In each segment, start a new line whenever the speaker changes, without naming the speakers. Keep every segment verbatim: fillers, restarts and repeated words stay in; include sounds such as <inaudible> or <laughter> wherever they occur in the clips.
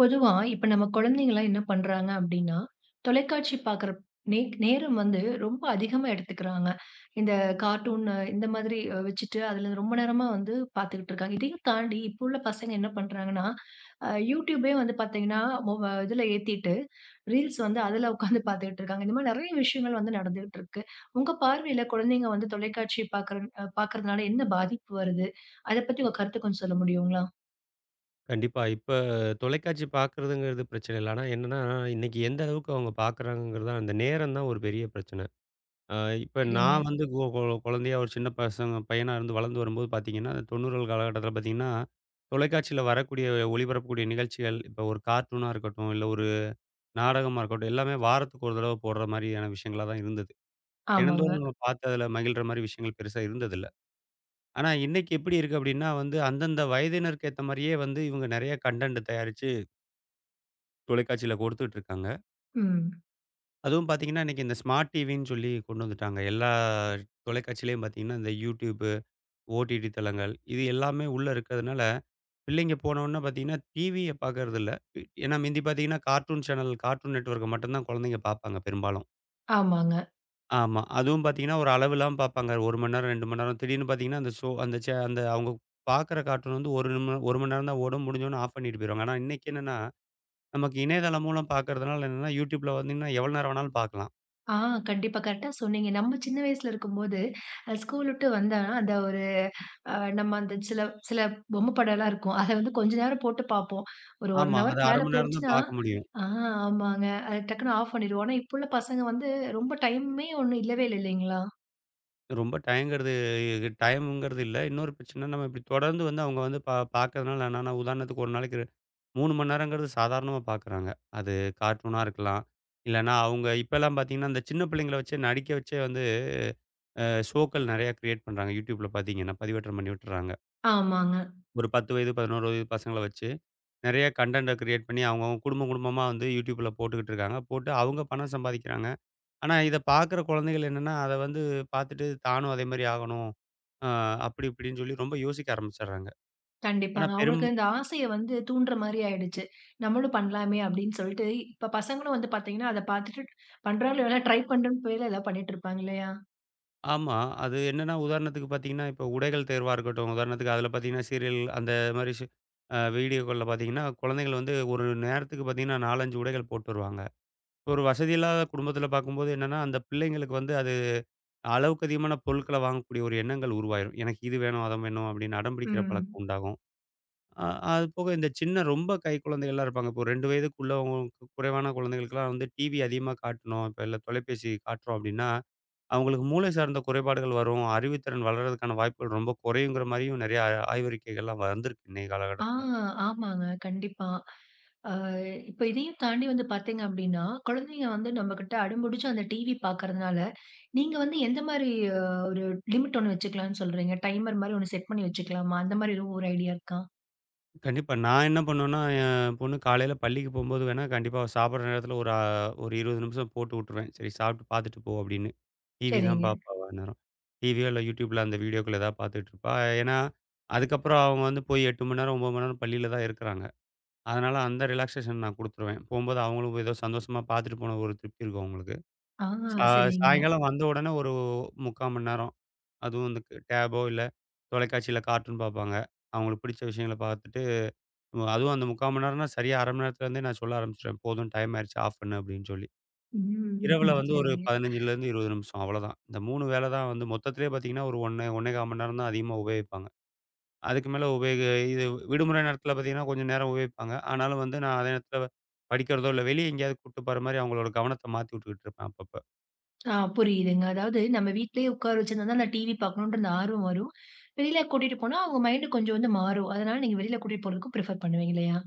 பொதுவா இப்ப நம்ம குழந்தைங்கலாம் என்ன பண்றாங்க அப்படின்னா, தொலைக்காட்சி பார்க்குற நே நேரம் வந்து ரொம்ப அதிகமா எடுத்துக்கிறாங்க. இந்த கார்ட்டூன் இந்த மாதிரி அ வச்சுட்டு அதில ரொம்ப நேரமா வந்து பார்த்துக்கிட்டு இருக்காங்க. இதையும் தாண்டி இப்போ உள்ள பசங்க என்ன பண்றாங்கன்னா, அ YouTubeயே வந்து பார்த்தீங்கன்னா, மொப இதில ஏத்திட்டு ரீல்ஸ் வந்து அதில உட்காந்து பார்த்துக்கிட்டு இருக்காங்க. இந்த மாதிரி நெறைய விஷயங்கள் வந்து நடந்துகிட்டு இருக்கு. உங்க பார்வையில குழந்தைங்க வந்து தொலைக்காட்சி பார்க்குற அ பார்க்குறதுனால என்ன பாதிப்பு வருது? அத பத்தி உங்க கருத்து கொஞ்சம் சொல்ல முடியுங்களா?
கண்டிப்பா. இப்ப தொலைக்காட்சி பார்க்குறதுங்கிறது பிரச்சனை இல்ல. ஆனா என்னன்னா, இன்னைக்கு எந்த அளவுக்கு அவங்க பார்க்குறாங்கங்கிறது தான் அந்த நேரம் தான் ஒரு பெரிய பிரச்சனை. அ இப்ப
சரிங்க.
நான் ம். வந்து கொ கொ கொழந்தையா ஒரு சின்ன பசங்க பையனா இருந்து வளர்ந்து வரும்போது பார்த்தீங்கன்னா, தொண்ணூறுகள் காலகட்டத்தில பார்த்தீங்கன்னா, தொலைக்காட்சியில வரக்கூடிய ஒளிபரப்பக்கூடிய நிகழ்ச்சிகள், இப்ப ஒரு கார்ட்டூனா இருக்கட்டும், இல்ல ஒரு நாடகமா இருக்கட்டும், எல்லாமே வாரத்துக்கு ஒரு தடவ போடுற மாரியான விஷயங்களா தான் இருந்தது.
ஆமாங்க.
தினந்தோறும் நம்ம பார்த்து அதில மகிழ்ற மாரி விஷயங்கள் பெருசா இருந்ததில்ல. ஆனா இன்னைக்கு எப்படி இருக்கு அப்படின்னா வந்து, அந்தந்த வயதினருக்கு ஏத்த மாரியே வந்து இவங்க நெறைய கன்டென்ட் தயாரிச்சு தொலைக்காட்சியில கொடுத்துட்டு இருக்காங்க.
ம்.
அதுவும் பார்த்தீங்கன்னா, இன்னைக்கு இந்த ஸ்மார்ட் டிவின்னு சொல்லி கொண்டு வந்துட்டாங்க. எல்லா தொலைக்காட்சியிலயும் பார்த்தீங்கன்னா, இந்த YouTube, ஓடிடி தளங்கள் இது எல்லாமே உள்ள இருக்கிறதுனால, பிள்ளைங்க போனவுனே பார்த்தீங்கன்னா, டிவிய பார்க்கறதில்ல. ஏன்னா மிந்தி பார்த்தீங்கன்னா, கார்ட்டூன் சேனல், கார்ட்டூன் நெட்வொர்க்க மட்டும் தான் குழந்தைங்க பார்ப்பாங்க பெரும்பாலும்.
ஆமாங்க.
ஆமா. அதுவும் பார்த்தீங்கன்னா, ஒரு அளவு இல்லாம பார்ப்பாங்க. ஒரு மணி நேரம், ரெண்டு மணி நேரம். திடீர்னு பார்த்தீங்கன்னா, அந்த ஷோ அந்த சே அந்த அவங்க பார்க்குற கார்ட்டூன் வந்து ஒரு நிமி ஒரு மணி நேரம் தான் ஓடும். முடிஞ்சோனே ஆஃப் பண்ணிட்டு போயிருவாங்க. ஆனா இன்னைக்கு என்னன்னா, நமக்கு இணையதளம் மூலம் பார்க்கறதுனால என்னன்னா, YouTubeல வந்தீங்கன்னா எவ்வளோ நேரம் வேணாலும் பார்க்கலாம்.
ஆ கண்டிப்பா. கரெக்ட்டா சொன்னீங்க. நம்ம சின்ன வயசுல இருக்கும்போது, அ ஸ்கூல் விட்டு வந்தோம்னா, அந்த ஒரு அ நம்ம அந்த சில சில பொம்மை படம்லாம் இருக்கும். அத வந்து கொஞ்ச நேரம் போட்டு பார்ப்போம். ஒரு 1
ஆமா. அது
ஹவருக்கு
அரை
மேல
மணி நேரம் தான்
போயிடுச்சுன்னா
பார்க்க முடியும்.
ஆ ஆமாங்க. அது டக்குனு ஆஃப் பண்ணிருவோம். ஆனா, இப்போ உள்ள பசங்க வந்து ரொம்ப டைமே ஒண்ணும் இல்லவே இல்ல இல்லைங்களா?
ரொம்ப டையங்கிறது டைம்ங்கிறது இல்ல. இன்னொரு பிரச்சனை நம்ம இப்படி தொடர்ந்து வந்து அவங்க வந்து பா பார்க்கறதுனால என்னன்னா, உதாரணத்துக்கு ஒரு நாளைக்கு மூணு மணி நேரங்கிறது சாதாரணமா பார்க்குறாங்க. அது கார்ட்டூனா இருக்கலாம். இல்லன்னா அவங்க இப்பலாம் பார்த்தீங்கன்னா, அந்த சின்ன பிள்ளைங்கள வச்சே நடிக்க வச்சே வந்து அ ஷோக்கள் நெறையா கிரியேட் பண்றாங்க. YouTubeல பார்த்தீங்கன்னா, பதிவேற்றம் பண்ணி விட்டுர்றாங்க.
ஆமாங்க.
ஒரு பத்து வயது, பதினொரு வயது பசங்கள வச்சு நெறைய கன்டென்ட்ட கிரியேட் பண்ணி அவங்கவங்க குடும்பம் குடும்பமா வந்து YouTubeல போட்டுக்கிட்டு இருக்காங்க. போட்டு அவங்க பணம் சம்பாதிக்கிறாங்க. ஆனா, இத பார்க்குற குழந்தைகள் என்னன்னா, அத வந்து பார்த்துட்டு தானும் அதே மாரி ஆகணும். அ அப்படி இப்படின்னு சொல்லி ரொம்ப யோசிக்க ஆரம்பிச்சடுறாங்க. ஆனா
கண்டிப்பாங்க.
பெரும்
அவங்களுக்கு இந்த ஆசைய வந்து தூண்டுற மாரி ஆயிடுச்சு. நம்மளும் பண்ணலாமே அப்படின்னு சொல்லிட்டு, இப்ப பசங்களும் வந்து பார்த்தீங்கன்னா, அத பார்த்துட்டு பண்றாங்களோ இல்லையோ, ட்ரை பண்றேன்னு பேர்ல எல்லாம் பண்ணிட்டு இருப்பாங்க இல்லையா?
ஆமா. அது என்னன்னா உதாரணத்துக்கு பார்த்தீங்கன்னா, இப்ப உடைகள் தேர்வா இருக்கட்டும், உதாரணத்துக்கு அதில பார்த்தீங்கன்னா சீரியல் அந்த மாரி ஷ் அ வீடியோக்கள்ல பார்த்தீங்கன்னா, குழந்தைகள் வந்து ஒரு நேரத்துக்கு பார்த்தீங்கன்னா நாலு, அஞ்சு உடைகள் போட்டு வருவாங்க. ஒரு வசதி இல்லாத குடும்பத்தில பார்க்கும்போது என்னன்னா, அந்த பிள்ளைங்களுக்கு வந்து அது அளவுக்கு அதிகமான பொருட்கள வாங்கக்கூடிய ஒரு எண்ணங்கள் உருவாயிரும். எனக்கு இது வேணும், அத வேணும் அப்படின்னு அடம் பிடிக்கிற
ம்.
பழக்கம் உண்டாகும். அ அது போக இந்த சின்ன ரொம்ப கை குழந்தைகள்லாம் இருப்பாங்க. இப்போ ரெண்டு வயதுக்குள்ளவங்களுக்கு குறைவான குழந்தைகளுக்குலாம் வந்து டிவி அதிகமா காட்டணும். இப்ப இல்ல தொலைபேசி காட்டுறோம் அப்படின்னா, அவங்களுக்கு மூளை சார்ந்த குறைபாடுகள் வரும். அறிவுத்திறன் வளர்றதுக்கான வாய்ப்புகள் ரொம்ப குறையுங்கிற மாரியும் நெறைய ஆய்வறிக்கைகள்லாம் வந்திருக்கு இன்னைய
ஆ,
காலகட்டத்தில.
ஆமாங்க. கண்டிப்பா. அ இப்ப இதையும் தாண்டி வந்து பார்த்தீங்க அப்படின்னா, குழந்தைங்க வந்து நம்மகிட்ட அடம்புடிச்சு அந்த டிவி பார்க்கறதுனால, நீங்க வந்து எந்த மாரி அ ஒரு லிமிட் ஒண்ணு வச்சுக்கலாம்னு சொல்றீங்க? டைமர் மாரி ஒண்ணு செட் பண்ணி வச்சுக்கலாமா? அந்த மாரி எதுவும் ஒரு ஐடியா இருக்கா?
கண்டிப்பா. நான் என்ன பண்ணுவேன்னா, என் பொண்ணு காலையில பள்ளிக்கு போம்போது வேணா, கண்டிப்பா அவ சாப்பிடுற நேரத்தில ஒரு அ ஒரு இருபது நிமிஷம் போட்டு விட்டுருவேன். சரி சாப்பிட்டு பார்த்துட்டு போ அப்படின்னு. டிவி தான்
சரிங்க.
பார்ப்பா அவ அந்நேரம். டிவியோ இல்ல YouTubeல அந்த வீடியோக்கள் ஏதாவது பார்த்துட்டு இருப்பா. ஏன்னா, அதுக்கப்புறம் அவங்க வந்து போய் எட்டு மணி நேரம், ஒன்பது மணி நேரம் பள்ளியில தான் இருக்கிறாங்க. அதனால அந்த ரிலாக்சேஷன் நான் குடுத்துருவேன். போம்போது அவங்களும் ஏதோ சந்தோஷமா பார்த்துட்டு போன ஒரு திருப்தி இருக்கும் அவங்களுக்கு.
ஆ
சா
சரிங்க.
சாயங்காலம் வந்த உடனே ஒரு முக்கால் மணி நேரம், அதுவும் இந்த டேபோ இல்ல தொலைக்காட்சியில கார்ட்டூன் பார்ப்பாங்க. அவங்களுக்கு பிடிச்ச விஷயங்கள பார்த்துட்டு ம் அதுவும் அந்த முக்கால் மணி நேரம்னா, சரியா அரை மணி நேரத்துல இருந்தே நான் சொல்ல ஆரம்பிச்சுருவேன். "போதும் டைம் ஆயிருச்சு. ஆஃப் பண்ணு" அப்படின்னு சொல்லி.
ம்.
இரவுல
<laughs>
வந்து ஒரு
சரிங்க.
பதினைஞ்சுலேருந்து இருபது நிமிஷம் அவ்வளோதான். இந்த மூணு வேலை தான் வந்து மொத்தத்திலே பார்த்தீங்கன்னா, ஒரு 1 1 கால் மணி நேரம் தான் அதிகமா உபயோகிப்பாங்க. அதுக்கு மேல உபயோக இது விடுமுறை நேரத்துல பார்த்தீங்கன்னா, கொஞ்சம் நேரம் உபயோகிப்பாங்க. ஆனாலும் வந்து நான் அதே நேரத்துல படிக்கிறதோ, இல்ல வெளிய எங்கேயாவது கூட்டு போற மாரி அவங்களோட கவனத்த மாத்தி விட்டுக்கிட்டு இருப்பேன் அப்பப்ப.
ஆ புரியுதுங்க. அதாவது நம்ம வீட்லயே உட்கார வச்சிருந்தா தான் அந்த டிவி பார்க்கணுன்ற அந்த ஆர்வம் வரும். வெளியில கூட்டிட்டு போனா அவங்க மைண்ட் கொஞ்சம் வந்து மாறும். அதனால நீங்க வெளியில கூட்டிட்டு போறதுக்கு பிரிஃபர் பண்ணுவீங்க இல்லையா?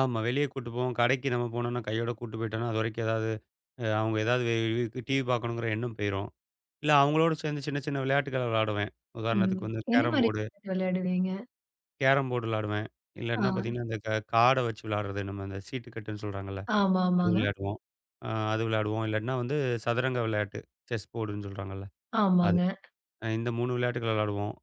ஆமா. வெளிய கூட்டு போவோம். கடைக்கு நம்ம போனோம்னா, கையோட கூட்டு போயிட்டோம்னா, அதுவரைக்கும் ஏதாவது அ அவங்க ஏதாவது டிவி பார்க்கணுங்கிற எண்ணம் போயிரும். இல்ல அவங்களோட சேர்ந்து சின்ன, சின்ன விளையாட்டுகள விளையாடுவேன்.
ம்.
உதாரணத்துக்கு வந்து
என்ன
கேரம்
மாரி
போர்டு
விளையாடுவீங்க?
கேரம் போர்டு விளையாடுவேன். இல்லாட்டினா
ஆ.
பார்த்தீங்கன்னா, அந்த க கார்ட வச்சு விளையாடுறது. நம்ம அந்த சீட்டு கட்டுன்னு சொல்றாங்கல்ல,
ஆமா,
அது
ஆமாங்க.
விளையாடுவோம். அ அது விளையாடுவோம். இல்லாட்டினா வந்து சதுரங்க விளையாட்டு. செஸ் போர்டுன்னு சொல்றாங்கல்ல, அது.
ஆமாங்க.
அ இந்த மூணு விளையாட்டுகள் விளையாடுவோம்.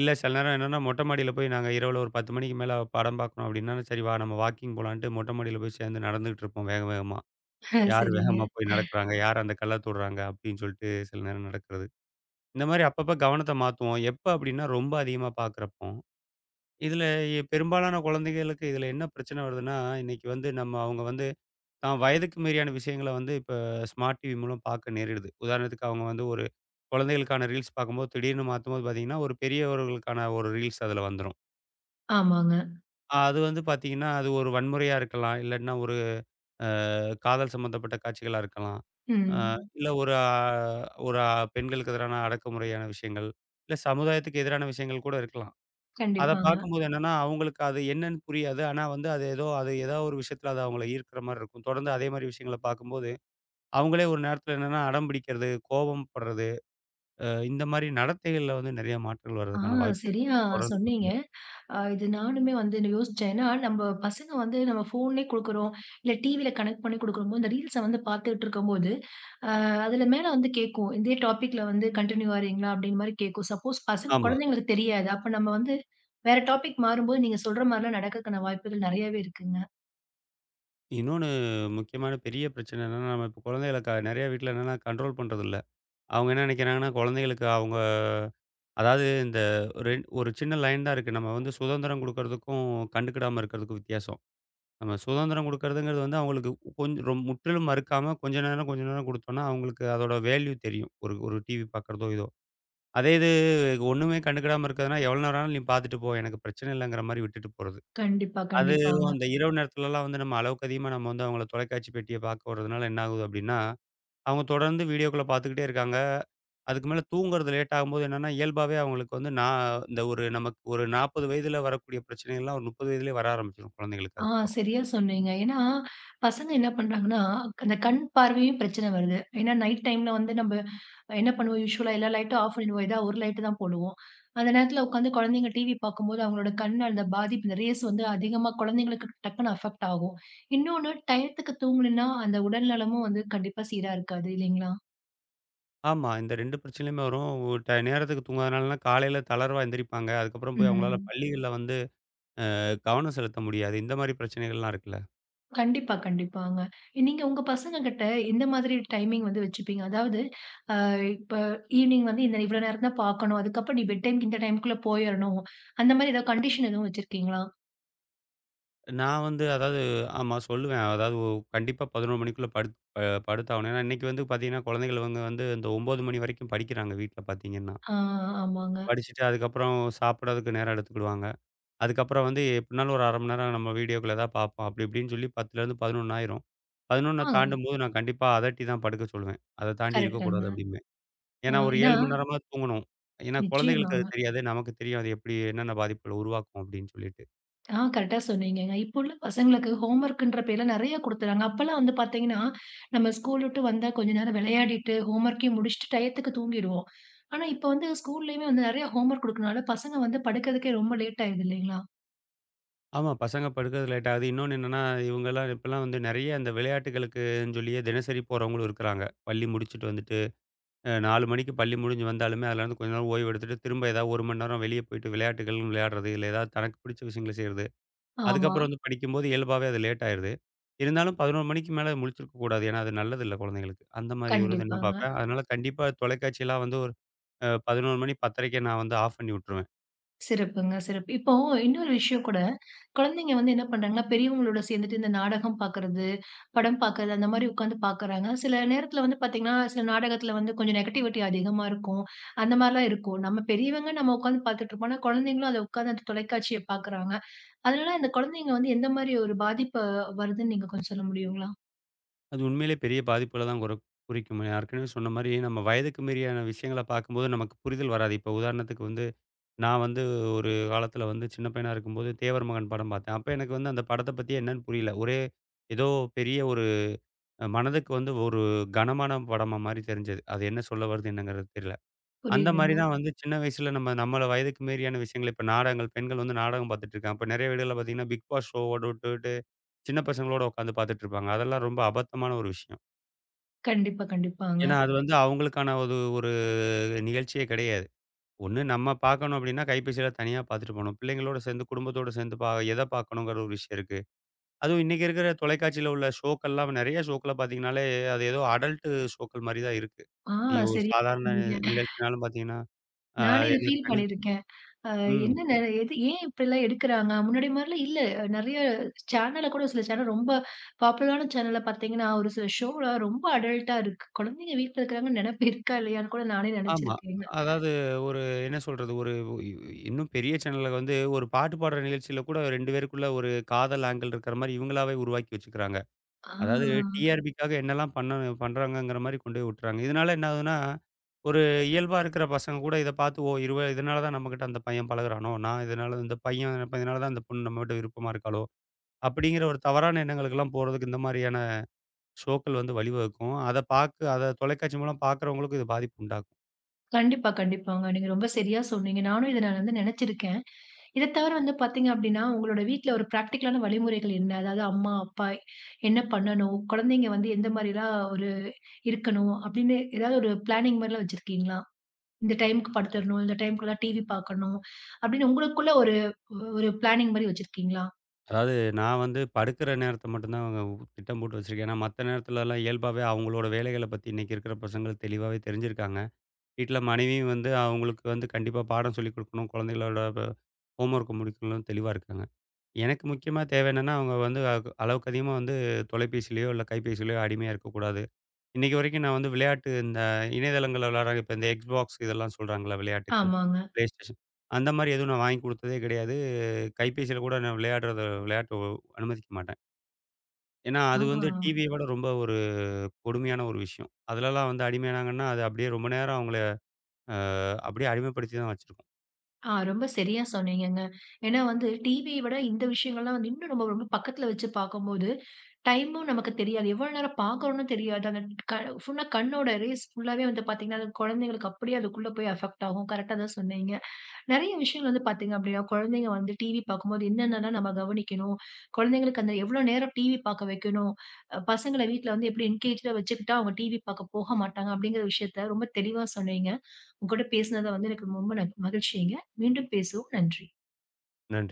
இல்ல சில நேரம் என்னன்னா, மொட்டை மாடியில போய் நாங்க இரவுல ஒரு பத்து மணிக்கு மேல படம் பார்க்கணும் அப்படின்னா, சரி வா நம்ம வாக்கிங் போலான்ட்டு மொட்டை மாடியில போய் சேர்ந்து நடந்துகிட்டு இருப்போம் வேக வேகமா.
<laughs>
யார்
சரிங்க.
வேகமா போய் நடக்கிறாங்க, யார் அந்த கல்ல தொடுறாங்க அப்படின்னு சொல்லிட்டு சில நேரம் நடக்கிறது. இந்த மாரி அப்பப்ப கவனத்த மாத்துவோம். எப்ப அப்டின்னா, ரொம்ப அதிகமா பார்க்குறப்போ. இதுல எ பெரும்பாலான குழந்தைகளுக்கு இதுல என்ன பிரச்சனை வருதுன்னா, இன்னைக்கு வந்து நம்ம அவங்க வந்து தான் வயதுக்கு மீறியான விஷயங்கள வந்து இப்ப ஸ்மார்ட் டிவி மூலம் பார்க்க நேரிடுது. உதாரணத்துக்கு அவங்க வந்து ஒரு குழந்தைகளுக்கான ரீல்ஸ் பார்க்கும்போது திடீர்னு மாத்தும்போது பார்த்தீங்கன்னா, ஒரு பெரியவர்களுக்கான ஒரு ரீல்ஸ் அதுல வந்துரும்.
ஆமாங்க.
அது வந்து பார்த்தீங்கன்னா, அது ஒரு வன்முறையா இருக்கலாம். இல்லன்னா ஒரு காதல் சம்மந்தப்பட்ட காட்சிகளா இருக்கலாம். அ ம்.
ம்.
இல்ல ஒரு அ ஒரு ஆ, பெண்களுக்கு எதிரான அடக்குமுறையான விஷயங்கள். இல்ல சமுதாயத்துக்கு எதிரான விஷயங்கள் கூட இருக்கலாம். அத
கண்டிப்பாங்க.
பார்க்கும்போது என்னன்னா, அவங்களுக்கு அது என்னன்னு புரியாது. ஆனா வந்து அது ஏதோ அது ஏதோ ஒரு விஷயத்துல அது அவங்கள ஈர்க்கிற மாரி இருக்கும். தொடர்ந்து அதே மாரி விஷயங்கள பார்க்கும்போது, அவங்களே ஒரு நேரத்துல என்னன்னா அடம் பிடிக்கிறது, கோபம் படுறது, அ இந்த மாரி நடத்தைகள்ல வந்து நெறைய மாற்றங்கள்
ஆ
வர்றதுக்கான வாய்ப்புகள்
சரியா
தொடர்ந்து
சொன்னீங்க.
பார்க்கும்போது.
அ இது நானுமே வந்து யோசிச்சேன். ஏன்னா, நம்ம பசங்க வந்து நம்ம ஃபோன்லயே குடுக்குறோம். இல்ல டிவில கனெக்ட் பண்ணி குடுக்குறோமோ, இந்த ரீல்ஸ வந்து பார்த்துட்டு இருக்கும்போது, அ அதுல மேல வந்து கேட்கும். இதே டாபிக்ல வந்து கன்டின்யூ ஆறீங்களா? அப்டின்ற மாரி கேட்கும். சப்போஸ் பசங்க
ஆமா.
குழந்தைங்களுக்கு தெரியாது. அப்ப நம்ம வந்து வேற டாபிக் மாறும்போது, நீங்க சொல்ற மாரிலாம் நடக்கக்கான வாய்ப்புகள் நெறையாவே இருக்குங்க.
இன்னொன்னு முக்கியமான பெரிய பிரச்சனை என்னன்னா, நம்ம இப்ப குழந்தைகள க நெறைய வீட்ல என்னன்னா கண்ட்ரோல் பண்றதில்ல. அவங்க என்ன நெனைக்கிறாங்கன்னா, குழந்தைகளுக்கு அவங்க அதாவது இந்த ரெண் ஒரு சின்ன லைன் தான் இருக்கு. நம்ம வந்து சுதந்திரம் குடுக்கறதுக்கும், கண்டுக்கிடாம இருக்கிறதுக்கும் வித்தியாசம். நம்ம சுதந்திரம் குடுக்கறதுங்கிறது வந்து அவங்களுக்கு கொஞ்சம் ரொம் முற்றிலும் மறுக்காம கொஞ்ச நேரம், கொஞ்ச நேரம் குடுத்தோம்னா, அவங்களுக்கு அதோட வேல்யூ தெரியும். ஒரு ஒரு டிவி பார்க்கறதோ, இதோ. அதே இது ஒண்ணுமே கண்டுக்கிடாம இருக்கிறதுனா, எவ்வளோ நேரம் ஆனாலும் நீ பார்த்துட்டு போ. எனக்கு பிரச்சனை இல்லங்கிற மாரி விட்டுட்டு போறது.
கண்டிப்பா,
அதுவும்
கண்டிப்பாங்க.
அந்த இரவு நேரத்துலலாம் வந்து நம்ம அளவுக்கு அதிகமா நம்ம வந்து அவங்கள தொலைக்காட்சி பெட்டிய பார்க்க விடுறதுனால என்ன ஆகுது அப்டின்னா, அவங்க தொடர்ந்து வீடியோக்கள பார்த்துக்கிட்டே இருக்காங்க. அதுக்கு மேல தூங்குறது லேட் ஆகும்போது என்னன்னா, இயல்பாவே அவங்களுக்கு வந்து நான் இந்த ஒரு நமக்கு ஒரு நாற்பது வயதுல வரக்கூடிய பிரச்சனைகள்லாம் ஒரு முப்பது வயதிலேயே வர ஆரம்பிச்சுரும் குழந்தைகளுக்கு
ஆ,
அதுக்கப்புறம்.
சரியா சொன்னீங்க. ஏன்னா, பசங்க என்ன பண்றாங்கன்னா, அந்த கண் பார்வையும் பிரச்சனை வருது. ஏன்னா, நைட் டைம்ல வந்து நம்ப என்ன பண்ணுவோம், யூசுவலா எல்லா லைட்டும் ஆஃப் பண்ணிடுவோம். ஏதா ஒரு லைட்டு தான் போடுவோம். அந்த நேரத்துல உட்காந்து குழந்தைங்க டிவி பார்க்கும்போது, அவங்களோட கண் அந்த பாதிப்பு, இந்த ரேஸ் வந்து அதிகமா குழந்தைங்களுக்கு டக்குன்னு அஃபெக்ட் ஆகும். இன்னொன்னு டயத்துக்கு தூங்கணும்னா, அந்த உடல் நலமும் வந்து கண்டிப்பா சீரா இருக்காது இல்லைங்களா?
ஆமா. இந்த ரெண்டு பிரச்சனையுமே வரும். ஒரு டை நேரத்துக்கு தூங்காதனாலலாம் காலையில தளர்வா எந்திரிப்பாங்க. அதுக்கப்புறம் போய் அவங்களால
ம்.
பள்ளிகள்ல வந்து அ கவனம் செலுத்த முடியாது. இந்த மாரி பிரச்சனைகள்லாம் இருக்குல்ல.
கண்டிப்பா, கண்டிப்பாங்க. நீங்க உங்க பசங்க கிட்ட எந்த மாதிரி டைமிங் வந்து வச்சுப்பீங்க? அதாவது இப்ப ஈவ்னிங் வந்து இந்த இவ்வளோ நேரம் தான் பார்க்கணும். அதுக்கப்புறம் நீ பெட் டைம்க்கு இந்த டைம்க்குள்ள போயிரணும். அந்த மாரி ஏதாவது கண்டிஷன் எதுவும் வச்சிருக்கீங்களா?
நான் வந்து அதாவது ஆமா சொல்லுவேன். அதாவது ஒ கண்டிப்பா பதினொரு மணிக்குள்ள படுத் அ படுத்தாகணும். ஏன்னா இன்னைக்கு வந்து பார்த்தீங்கன்னா, குழந்தைகள் இவங்க வந்து இந்த ஒன்பது மணி வரைக்கும் படிக்கிறாங்க வீட்ல பார்த்தீங்கன்னா.
ஆ ஆமாங்க.
படிச்சுட்டு அதுக்கப்புறம் சாப்பிடறதுக்கு நேரம் எடுத்துக்கிடுவாங்க. அதுக்கப்புறம் வந்து எப்படினாலும் ஒரு அரை மணி நேரம் நம்ம வீடியோக்கள் ஏதாவது பார்ப்போம். அப்படி இப்படின்னு சொல்லி பத்துலருந்து பதினொன்று ஆயிரும். பதினொன்று
ஆ
தாண்டும்போது நான் கண்டிப்பா அதட்டி தான் படுக்க சொல்லுவேன். "அத தாண்டி
கரெக்ட்டுங்க.
இருக்கக்கூடாது" அப்படிம்பேன்.
ஆ
ஏன்னா, ஒரு
ஏன்னா
ஏழு மணி நேரமா தூங்கணும். ஏன்னா, குழந்தைகளுக்கு அது
நிச்சயமாங்க.
தெரியாது. நமக்கு தெரியும். அது எப்படி என்னென்ன பாதிப்புகள உருவாக்கும் அப்படின்னு சொல்லிட்டு.
ஆ கரெக்ட்டா சொன்னீங்கங்க. இப்போ உள்ள பசங்களுக்கு ஹோம் ஒர்க்குன்ற பேர்ல நெறைய குடுத்துறாங்க. அப்பலாம் வந்து பார்த்தீங்கன்னா, நம்ம ஸ்கூல் விட்டு வந்தா கொஞ்ச நேரம் விளையாடிட்டு, ஹோம் ஒர்க்கையும் முடிச்சுட்டு டயத்துக்கு தூங்கிருவோம். ஆனா இப்ப வந்து ஸ்கூல்லயுமே வந்து நெறைய ஹோம் ஒர்க் குடுக்கறனால பசங்க வந்து படுக்கறதுக்கே ரொம்ப லேட் ஆயிடுது இல்லைங்களா?
ஆமா, பசங்க படுக்கறது லேட் ஆகுது. இன்னொன்னு என்னன்னா, இவங்கலாம் இப்பலாம் வந்து நெறைய அந்த விளையாட்டுகளுக்குன்னு சொல்லியே தினசரி போறவங்களும் இருக்கிறாங்க. பள்ளி முடிச்சுட்டு வந்துட்டு, அ நாலு மணிக்கு பள்ளி முடிஞ்சு வந்தாலுமே, அதுலேருந்து கொஞ்ச நேரம் ஓய்வு எடுத்துட்டு, திரும்ப ஏதாவது ஒரு மணி நேரம் வெளிய போயிட்டு விளையாட்டுகள் விளையாடுறது, இல்ல ஏதாவது தனக்கு பிடிச்ச விஷயங்கள செய்றது.
ஆமா.
அதுக்கப்புறம் வந்து படிக்கும்போது இயல்பாவே அது லேட் ஆயிருது. இருந்தாலும் பதினொரு மணிக்கு மேல முழிச்சிருக்க கூடாது. ஏன்னா, அது நல்லதில்ல குழந்தைகளுக்கு. அந்த மாரி ஒரு இது நான்
கண்டிப்பாங்க.
பார்ப்பேன். அதனால கண்டிப்பா தொலைக்காட்சிலாம் வந்து ஒரு அ பதினொரு மணி 10:30க்கே நான் வந்து ஆஃப் பண்ணி விட்டுருவேன்.
சிறப்புங்க, சிறப்பு. இப்போ இன்னொரு விஷயம் கூட குழந்தைங்க வந்து என்ன பண்றாங்கன்னா, பெரியவங்களோட சேர்ந்துட்டு இந்த நாடகம் பார்க்கறது, படம் பார்க்கறது, அந்த மாரி உட்காந்து பார்க்கறாங்க. சில நேரத்தில வந்து பார்த்தீங்கன்னா, சில நாடகத்தில வந்து கொஞ்சம் நெகட்டிவிட்டி அதிகமா இருக்கும். அந்த மாரிலாம் இருக்கும். நம்ம பெரியவங்க நம்ம உட்காந்து பார்த்துட்டுருப்போம். ஆனா, குழந்தைங்களும் அத உட்காந்து அந்த தொலைக்காட்சிய பார்க்குறாங்க. அதனால அந்த குழந்தைங்க வந்து எந்த மாரி ஒரு பாதிப்பு வருதுன்னு நீங்க கொஞ்சம் சொல்ல முடியுங்களா?
அது உண்மையிலே பெரிய பாதிப்புகள தான் குற குறிக்கும். நான் ஏற்கனவே சொன்ன மாரி நம்ம வயதுக்கு மீறியான விஷயங்கள பார்க்கும்போது நமக்கு புரிதல் வராது. இப்போ உதாரணத்துக்கு வந்து நான் வந்து ஒரு காலத்தில வந்து சின்ன பையனா இருக்கும்போது தேவர் மகன் படம் பார்த்தேன். அப்ப எனக்கு வந்து அந்த படத்த பத்தி என்னன்னு புரியல. ஒரே ஏதோ பெரிய ஒரு அ மனதுக்கு வந்து ஒரு கனமான படமா மாரி தெரிஞ்சது. அது என்ன சொல்ல வருது என்னங்கிறது தெரியல. அந்த மாரி
புரியுதுங்க.
தான் ம். வந்து சின்ன வயசுல நம்ம நம்மள வயதுக்கு மீறியான விஷயங்கள் இப்ப நாடகங்கள் பெண்கள் வந்து நாடகம் பார்த்துட்டு இருக்காங்க. இப்ப நெறைய வீடுகள்ல பார்த்தீங்கன்னா, பிக் பாஸ் ஷோவோட விட்டுட்டு சின்ன பசங்களோட உட்காந்து பார்த்துட்டு இருப்பாங்க. அதெல்லாம் ரொம்ப அபத்தமான ஒரு விஷயம்.
கண்டிப்பா, கண்டிப்பாங்க.
ஏன்னா, அது வந்து அவங்களுக்கான ஒரு ஒரு நிகழ்ச்சியே கிடையாது. ஒண்ணு நம்ம பார்க்கணும் அப்படின்னா, கைபேசியில தனியா பார்த்துட்டு போணும். பிள்ளைங்களோட சேர்ந்து, குடும்பத்தோட சேர்ந்து பா எத பார்க்கணுங்கிற ஒரு விஷயம் இருக்கு. அதுவும் இன்னைக்கு இருக்கிற தொலைக்காட்சியில உள்ள ஷோக்கள்லாம் நெறைய ஷோக்கள்ல பார்த்தீங்கன்னாலே, அது ஏதோ அடல்ட் ஷோக்கள் மாரி தான் இருக்கு.
ஆ
நீங்க ஒரு
சரியா
சாதாரண
சொன்னீங்க.
நிகழ்ச்சினாலும் பார்த்தீங்கன்னா, ஆ
நானே இத
என்ன
ஃபீல்
தனி
பண்ணியிருக்கேன். அ
ம்.
என்ன நெ எது ஏன் இப்படிலாம் எடுக்குறாங்க? முன்னாடி மாரிலாம் இல்ல. நெறைய சேனல்ல கூட சில சேனல் ரொம்ப பாப்புலரான சேனல்ல பார்த்தீங்கன்னா, ஒரு சில ஷோலாம் ரொம்ப அடல்ட்டா இருக்கு. குழந்தைங்க வீட்ல இருக்கிறாங்கன்னு நெனப்பு இருக்கா இல்லையான்னு கூட நானே
ஆமா.
நெனச்சிருக்கேங்க.
அதாவது ஒரு என்ன சொல்றது? ஒரு இன்னும் பெரிய சேனல்ல வந்து ஒரு பாட்டு பாடுற நிகழ்ச்சியில கூட ரெண்டு பேருக்குள்ள ஒரு காதல் ஆங்கிள் இருக்கிற மாரி இவங்களாவே உருவாக்கி வச்சுக்கிறாங்க.
ஆ.
அதாவது டிஆர்பிக்காக என்னெல்லாம் பண்ணணு பண்றாங்கங்கிற மாரி கொண்டு போய் விட்டுறாங்க. இதனால என்ன ஆகுதுன்னா, ஒரு இயல்பா இருக்கிற பசங்க கூட இத பார்த்து, ஓ! இவ இதனால தான் நம்மகிட்ட அந்த பையன் பழகுறானோ! நான் இதனால இந்த பையன் இப்ப இதனால தான் இந்த பொண்ணு நம்மகிட்ட விருப்பமா இருக்காளோ! அப்படிங்கிற ஒரு தவறான எண்ணங்களுக்கெல்லாம் போறதுக்கு இந்த மாரியான ஷோக்கள் வந்து வழிவகுக்கும். அத பாக்க அத தொலைக்காட்சி மூலம் பார்க்குறவங்களுக்கும் இது பாதிப்பு உண்டாக்கும்.
கண்டிப்பா, கண்டிப்பாங்க. நீங்க ரொம்ப சரியா சொன்னீங்க. நானும் இத நான் வந்து நெனச்சிருக்கேன். இத தவிர வந்து பார்த்தீங்க அப்படின்னா, உங்களோட வீட்ல ஒரு பிராக்டிகலான வழிமுறைகள் என்ன? அதாவது அம்மா, அப்பா என்ன பண்ணணும்? குழந்தைங்க வந்து எந்த மாரிலாம் ஒரு இருக்கணும்? அப்படின்னு ஏதாவது ஒரு பிளானிங் மாரிலாம் வச்சிருக்கீங்களா? இந்த டைம்க்கு படுத்துறணும். இந்த டைம்க்குள்ள டிவி பார்க்கணும். அப்படின்னு உங்களுக்குள்ள ஒரு ஒரு பிளானிங் மாரி வச்சிருக்கீங்களா?
அதாவது நான் வந்து படுக்கிற நேரத்த மட்டும் தான் திட்டம் போட்டு வச்சிருக்கேன். ஏன்னா மத்த நேரத்துலலாம் இயல்பாவே அவங்களோட வேலைகள பத்தி இன்னைக்கு இருக்கிற பசங்களுக்கு தெளிவாவே தெரிஞ்சிருக்காங்க. வீட்ல மனைவியும் வந்து அவங்களுக்கு வந்து கண்டிப்பா பாடம் சொல்லிக் குடுக்கணும். குழந்தைகளோட ப ஹோம்வொர்க்க முடிக்கணும்னு தெளிவா இருக்காங்க. எனக்கு முக்கியமா தேவை என்னன்னா, அவங்க வந்து அக் அளவுக்கு அதிகமா வந்து தொலைபேசியிலயோ, இல்ல கைபேசியிலயோ அடிமையா இருக்கக்கூடாது. இன்னைக்கு வரைக்கும் நான் வந்து விளையாட்டு இந்த இணையதளங்கள்ல விளையாடுறாங்க. இப்ப இந்த Xbox இதெல்லாம் சொல்றாங்கள்ல விளையாட்டுக்கள்.
ஆமாங்க.
PlayStation அந்த மாரி எதுவும் நான் வாங்கி குடுத்ததே கிடையாது. கைபேசியில கூட நான் விளையாடுறத விளையாட்டு ஒ அனுமதிக்க மாட்டேன். ஏன்னா,
ஆ.
அது வந்து டிவிய விட ரொம்ப ஒரு கொடுமையான ஒரு விஷயம். அதுலலாம் வந்து அடிமையானாங்கன்னா, அது அப்படியே ரொம்ப நேரம் அவங்கள அ அப்படியே அடிமைப்படுத்தி தான் வச்சிருக்கோம்.
ஆ ரொம்ப சரியா சொன்னீங்கங்க. ஏன்னா வந்து டிவிய விட இந்த விஷயங்கள்லாம் வந்து இன்னும் நம்ம ரொம்ப பக்கத்துல வச்சு பார்க்கும்போது, டைமும் நமக்கு தெரியாது. எவ்வளோ நேரம் பார்க்குறோம்னு தெரியாது. அந்த க ஃபுல்லா கண்ணோட ரேஸ் ஃபுல்லாவே வந்து பார்த்தீங்கன்னா, அது குழந்தைங்களுக்கு அப்படியே அதுக்குள்ள போய் அஃபெக்ட் ஆகும். கரெக்ட்டா தான் சொன்னீங்க. நெறைய விஷயங்கள் வந்து பார்த்தீங்க அப்டின்னா, குழந்தைங்க வந்து டிவி பார்க்கும்போது என்னென்னலாம் நம்ம கவனிக்கணும்? குழந்தைங்களுக்கு அந்த எவ்வளோ நேரம் டிவி பார்க்க வைக்கணும்? அ பசங்கள வீட்ல வந்து எப்டி என்கேஜ்டா வச்சுக்கிட்டா அவங்க டிவி பார்க்க போக மாட்டாங்க அப்படிங்கிற விஷயத்த ரொம்ப தெளிவா சொன்னீங்க. உங்க கூட பேசினத வந்து எனக்கு ரொம்ப ந மகிழ்ச்சிங்க. மீண்டும் பேசுவோம். நன்றி.
நன்றி.